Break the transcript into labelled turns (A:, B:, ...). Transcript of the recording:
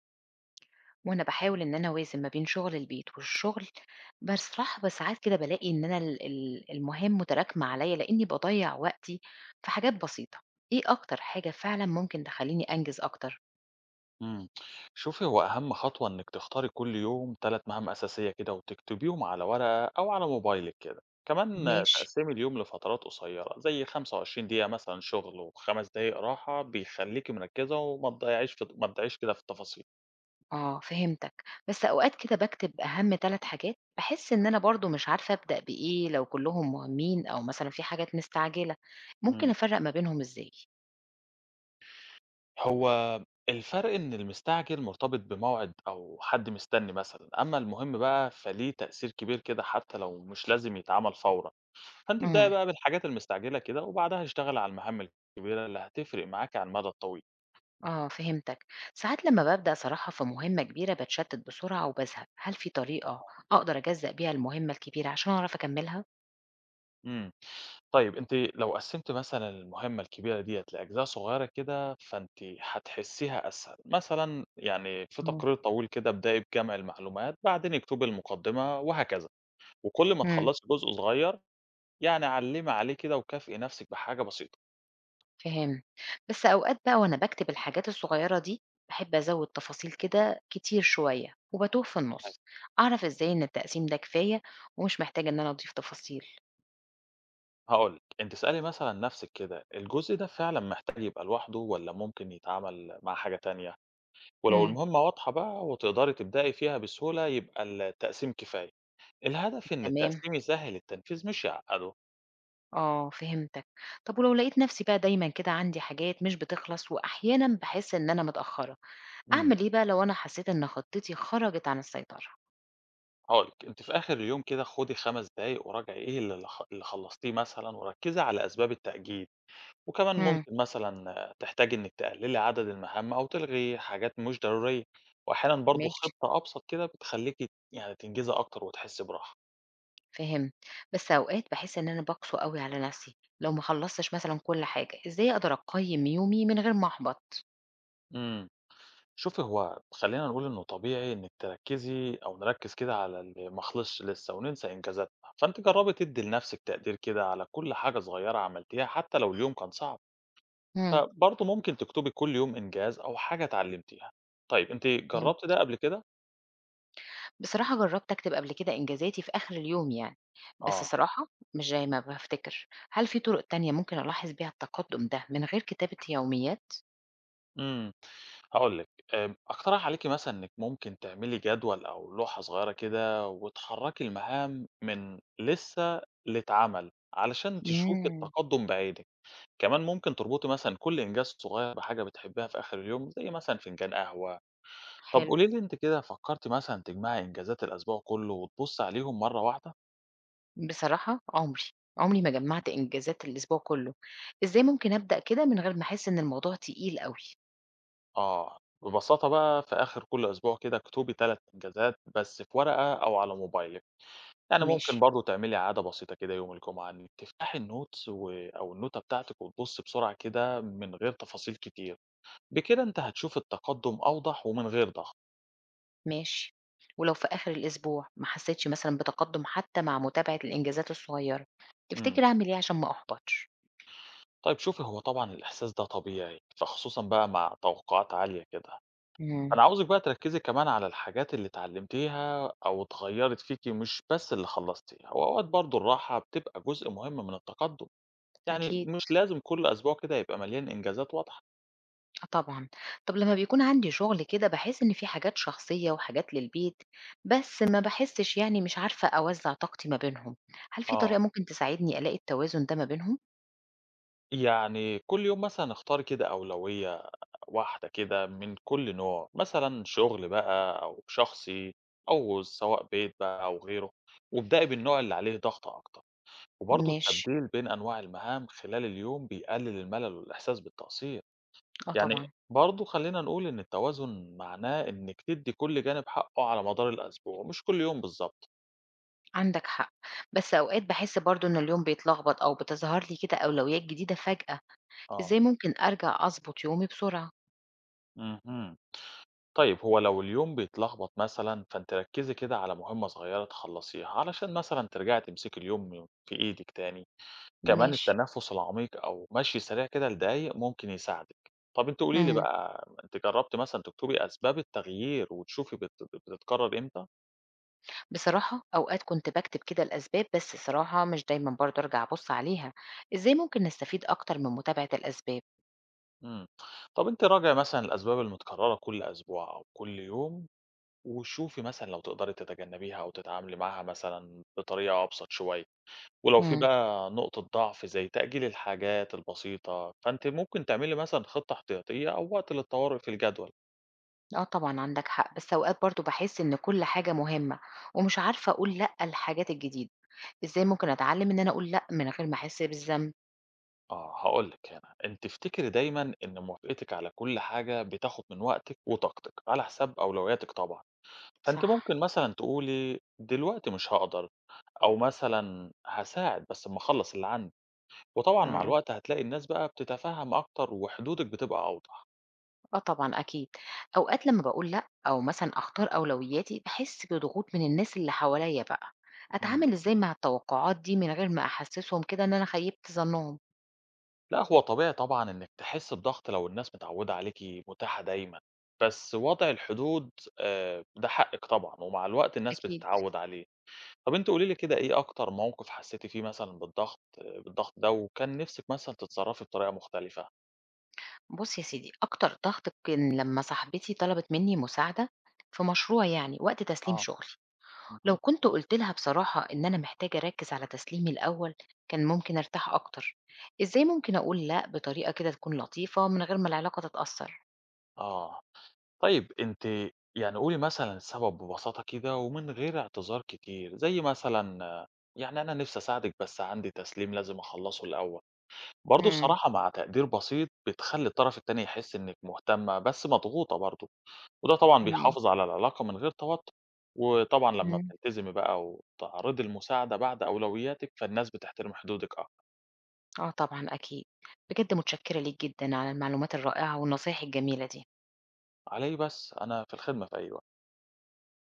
A: وأنا باحاول إن أنا أوازن ما بين شغل البيت والشغل، بصراحة بساعات كده بالاقي إن أنا ال المهام متراكمة عليّا، لإني باضيّع وقتي في حاجات بسيطة. إيه أكتر حاجة فعلًا ممكن تخلّيني أنجز أكتر؟
B: إمم. شوفي هو أهم خطوة إنِّك تختاري كل يوم 3 مهام أساسية كده وتكتبيهم على ورقة أو على موبايلِك كده. كمان
A: ماشي.
B: تقسّمي اليوم لفترات قصيّرة، زي 25 دقيقة مثلًا شُغل و5 دقايق راحة، بيخلّيكِ مركّزة وما تضيّعيش في ما تضيعيش كده في التفاصيل.
A: آه، فهمتك. بس أوقات كده باكتب أهم 3 حاجات، باحس إن أنا برضه مش عارفة أبدأ بإيه لو كلّهم مهمين أو مثلًا في حاجات مستعجلة. ممكن
B: إمم.
A: أفرّق ما بينهم إزاي؟
B: هو الفرق إن المستعجل مرتبط بموعد أو حد مستنّي مثلًا، أمّا المهم بقى فليه تأثير كبير كده حتّى لو مش لازم يتعمل فورًا. فأنتِ ابدئي
A: إمم.
B: بقى بالحاجات المستعجلة كده، وبعدها اشتغلي على المهام الكبيرة اللي هتفرق معاكِ على المدى الطويل.
A: آه فهمتك. ساعات لما ببدأ صراحة في مهمة كبيرة بتشتت بسرعة وبزهق، هل في طريقة
B: أها.
A: أقدر أجزأ بيها المهمة الكبيرة عشان أعرف أكملها؟
B: إمم. طيب أنتِ لو قسّمتِ مثلًا المهمة الكبيرة ديّة لأجزاء صغيرة كده، فأنتِ هتحسّيها أسهل. مثلًا يعني في
A: اه.
B: تقرير طويل كده ابدئي بجمع المعلومات، بعدين اكتبي المقدمة وهكذا. وكل ما
A: امم.
B: تخلّصي جزء صغير، يعني علّمي عليه كده وكافئي نفسِك بحاجة بسيطة.
A: فهم. بس أوقات بقى وأنا بكتب الحاجات الصغيرة دي بحب أزود تفاصيل كده كتير شوية وبتوه في
B: يعني
A: النص. أعرف إزاي إن التقسيم ده كفاية ومش محتاجة إن أنا أضيف تفاصيل.
B: هاقول لِك، أنتِ اسألي مثلًا نفسِك كده، الجزء ده فعلًا محتاج يبقى لوحده والّا ممكن يتعمل مع حاجة تانية؟ ولو
A: مم.
B: المهمة واضحة بقى وتقدري تبدأي فيها بسهولة يبقى التقسيم كفاية. الهدف إن
A: تمام.
B: التقسيم يسهل التنفيذ مش يعقده.
A: اه فهمتك. طب ولو لقيت نفسي بقى دايما كده عندي حاجات مش بتخلص وأحيانا بحس إن أنا متأخرة،
B: امم.
A: أعمل إيه بقى لو أنا حسيت إن خطتي خرجت عن السيطرة؟
B: هقولك أنت في آخر اليوم كده خدي خمس دقايق وراجعي إيه اللي خ- اللي خلصتيه مثلا وركزي على أسباب التأجيل. وكمان
A: إمم.
B: ممكن مثلا تحتاجي إنك تقللي عدد المهام أو تلغي حاجات مش ضرورية. وأحيانا برضو
A: ماشي،
B: خطة أبسط كده بتخليكي يعني تنجزي أكتر وتحسي براحة.
A: فهمت، بس أوقات باحس إن أنا باقسو أوي على نفسي لو ما خلصتش مثلًا كل حاجة، إزاي أقدر أقيم يومي من غير ما أحبط؟
B: إمم. شوفي هو خلّينا نقول إنه طبيعي إنِّك تركّزي أو نركّز كده على اللي ما خلصش لسّه وننسى إنجازاتنا، فأنتِ جرّبي تدّي لنفسِك تقدير كده على كل حاجة صغيّرة عملتيها حتى لو اليوم كان صعب،
A: إمم.
B: فبرضه ممكن تكتبي كل يوم إنجاز أو حاجة اتعلمتيها. طيب أنتِ
A: إمم.
B: جرّبتِ ده قبل كده؟
A: بصراحة جربت أكتب قبل كده إنجازاتي في آخر اليوم يعني، بس
B: آه.
A: صراحة مش زي ما بافتكر، هل في طرق تانية ممكن ألاحظ بيها التقدم ده من غير كتابة يوميات؟
B: إمم. هاقول لِك، أقترح عليكِ مثلًا إنِّك ممكن تعملي جدول أو لوحة صغيّرة كده وتحرّكي المهام من لسّه لاتعمل علشان تشوفي
A: إمم.
B: التقدُّم بعينِك. كمان ممكن تربطي مثلًا كل إنجاز صغير بحاجة بتحبيها في آخر اليوم، زي مثلًا فنجان قهوة. طب
A: حلو.
B: قولي لي أنتِ كده فكرتِ مثلًا تجمعي إنجازات الأسبوع كله وتبُصّي عليهم مرة واحدة؟
A: بصراحة عمري ما جمّعت إنجازات الأسبوع كلّه، إزاي ممكن أبدأ كده من غير ما أحس إن الموضوع تقيل أوي؟
B: آه، ببساطة بقى في آخر كل أسبوع كده اكتبي 3 إنجازات بس في ورقة أو على موبايلِك. يعني
A: ماشي.
B: ممكن برضه تعملي عادة بسيطة كده يوم الجمعة إنِّك تفتحي الnotes و أو النوتة بتاعتِك وتبُصّي بسرعة كده من غير تفاصيل كتير. بكده أنتِ هتشوفي التقدُّم أوضح ومن غير ضغط.
A: ماشي، ولو في آخر الأسبوع ما حسيتش مثلًا بتقدُّم حتى مع متابعة الإنجازات الصغيّرة،
B: إمم.
A: تفتكر أعمل إيه عشان ما أحبطش؟
B: طيب شوفي هو طبعًا الإحساس ده طبيعي، فخصوصًا بقى مع توقعات عالية كده.
A: إمم.
B: أنا عاوزِك بقى تركّزي كمان على الحاجات اللي اتعلمتيها أو اتغيّرت فيكِ مش بس اللي خلّصتيه، هو أوقات برضه الراحة بتبقى جزء مهم من التقدُّم، يعني
A: أكيد،
B: مش لازم كل أسبوع كده يبقى مليان إنجازات واضحة.
A: آه طبعًا. طَب لمّا بيكون عندي شغل كده باحس إن في حاجات شخصية وحاجات للبيت، بس ما باحسش يعني مش عارفة أوزّع طاقتي ما بينهم، هل في
B: آه،
A: طريقة ممكن تساعدني ألاقي التوازن ده ما بينهم؟
B: يعني كل يوم مثلًا اختاري كده أولوية واحدة كده من كل نوع، مثلًا شغل بقى أو شخصي أو سواء بيت بقى أو غيره، وابدئي بالنوع اللي عليه ضغط أكتر. وبرضه
A: ماشي،
B: التبديل بين أنواع المهام خلال اليوم بيقلل الملل والإحساس بالتقصير.
A: آه
B: يعني
A: طبعًا.
B: برضه خلينا نقول إن التوازن معناه إنك تدي كل جانب حقه على مدار الأسبوع مش كل يوم بالظبط.
A: عندك حق، بس أوقات باحس برضه إن اليوم بيتلخبط أو بتظهر لي كده أولويات جديدة فجأة،
B: آه
A: إزاي ممكن أرجع أضبط يومي بسرعة؟
B: مهم. طيب هو لو اليوم بيتلخبط مثلا فأنت ركزي كده على مهمة صغيرة تخلصيها علشان مثلا ترجعي تمسكي اليوم في إيدك تاني. كمان
A: ماشي.
B: التنفس العميق أو مشي سريع كده لدقايق ممكن يساعدِك. طب أنتِ قولي لي
A: إمم،
B: بقى، أنتِ جرّبتِ مثلًا تكتبي أسباب التغيير وتشوفي بتتكرر إمتى؟
A: بصراحة أوقات كنت باكتب كده الأسباب بس الصراحة مش دايمًا برضه أرجع أبُص عليها، إزاي ممكن نستفيد أكتر من متابعة الأسباب؟
B: إمم. طب أنتِ راجعي مثلًا الأسباب المتكررة كل أسبوع أو كل يوم وشوفي مثلًا لو تقدري تتجنبيها أو تتعاملي معاها مثلًا بطريقة أبسط شوية. ولو في
A: إمم،
B: بقى نقطة ضعف زي تأجيل الحاجات البسيطة، فأنتِ ممكن تعملي مثلًا خطة احتياطية أو وقت للطوارئ في الجدول.
A: آه طبعًا عندك حق، بس أوقات برضه باحس إن كل حاجة مهمة ومش عارفة أقول لأ للحاجات الجديدة، إزاي ممكن أتعلم إن أنا أقول لأ من غير ما أحس بالذنب؟
B: آه هاقول لِك هنا، أنتِ افتكري دايمًا إن موافقتِك على كل حاجة بتاخد من وقتِك وطاقتِك، على حساب أولوياتِك طبعًا، فأنتِ
A: صح.
B: ممكن مثلًا تقولي دلوقتي مش هاقدر، أو مثلًا هاساعد بس أمّا أخلّص اللي عندي، وطبعًا مع
A: آه.
B: الوقت هتلاقي الناس بقى بتتفهم أكتر وحدودِك بتبقى أوضح.
A: آه طبعًا أكيد، أوقات لمّا باقول لأ أو مثلًا أختار أولوياتي، باحس بضغوط من الناس اللي حواليّا بقى،
B: إمم،
A: أتعامل إزاي مع التوقعات دي من غير ما أحسسهم كده إن أنا خيبت ظنهم؟
B: لأ هو طبيعي طبعًا إنِك تحسّي بضغط لو الناس متعودة عليكِ متاحة دايمًا، بس وضع الحدود ده حقِك طبعًا، ومع الوقت الناس
A: أكيد.
B: بتتعود عليه. طب أنتِ قولي لي كده إيه أكتر موقف حسّيتِ فيه مثلًا بالضغط ده، وكان نِفْسِك مثلًا تتصرّفي بطريقة مختلفة؟
A: بُص يا سيدي، أكتر ضغط كان لمّا صاحبتي طلبت مني مساعدة في مشروع يعني وقت تسليم
B: آه،
A: شغلي، لو
B: اهم.
A: كنت قُلت لها بصراحة إن أنا محتاجة أركّز على تسليمي الأول، كان ممكن أرتاح أكتر. إزاي ممكن أقول لأ بطريقة كده تكون لطيفة من غير ما العلاقة تتأثر؟
B: آه، طيب أنتِ يعني قولي مثلًا السبب ببساطة كده ومن غير اعتذار كتير، زي مثلًا آه، يعني أنا نِفْسي أساعدِك بس عندي تسليم لازم أخلّصه الأول، برضه
A: إمم،
B: الصراحة مع تقدير بسيط بتخلّي الطرف التاني يحس إنِّك مهتمة بس مضغوطة برضه. وده طبعًا
A: تمام،
B: بيحافظ على العلاقة من غير توتُّر، وطبعًا لمّا
A: إمم.
B: بتلتزمي بقى وتعرضي المساعدة بعد أولوياتِك، فالناس بتحترم حدودِك أكتر،
A: آه طبعًا أكيد. بجد متشكرة ليك جدًا على المعلومات الرائعة والنصايح الجميلة دي.
B: على إيه بس، أنا في الخدمة في أي وقت.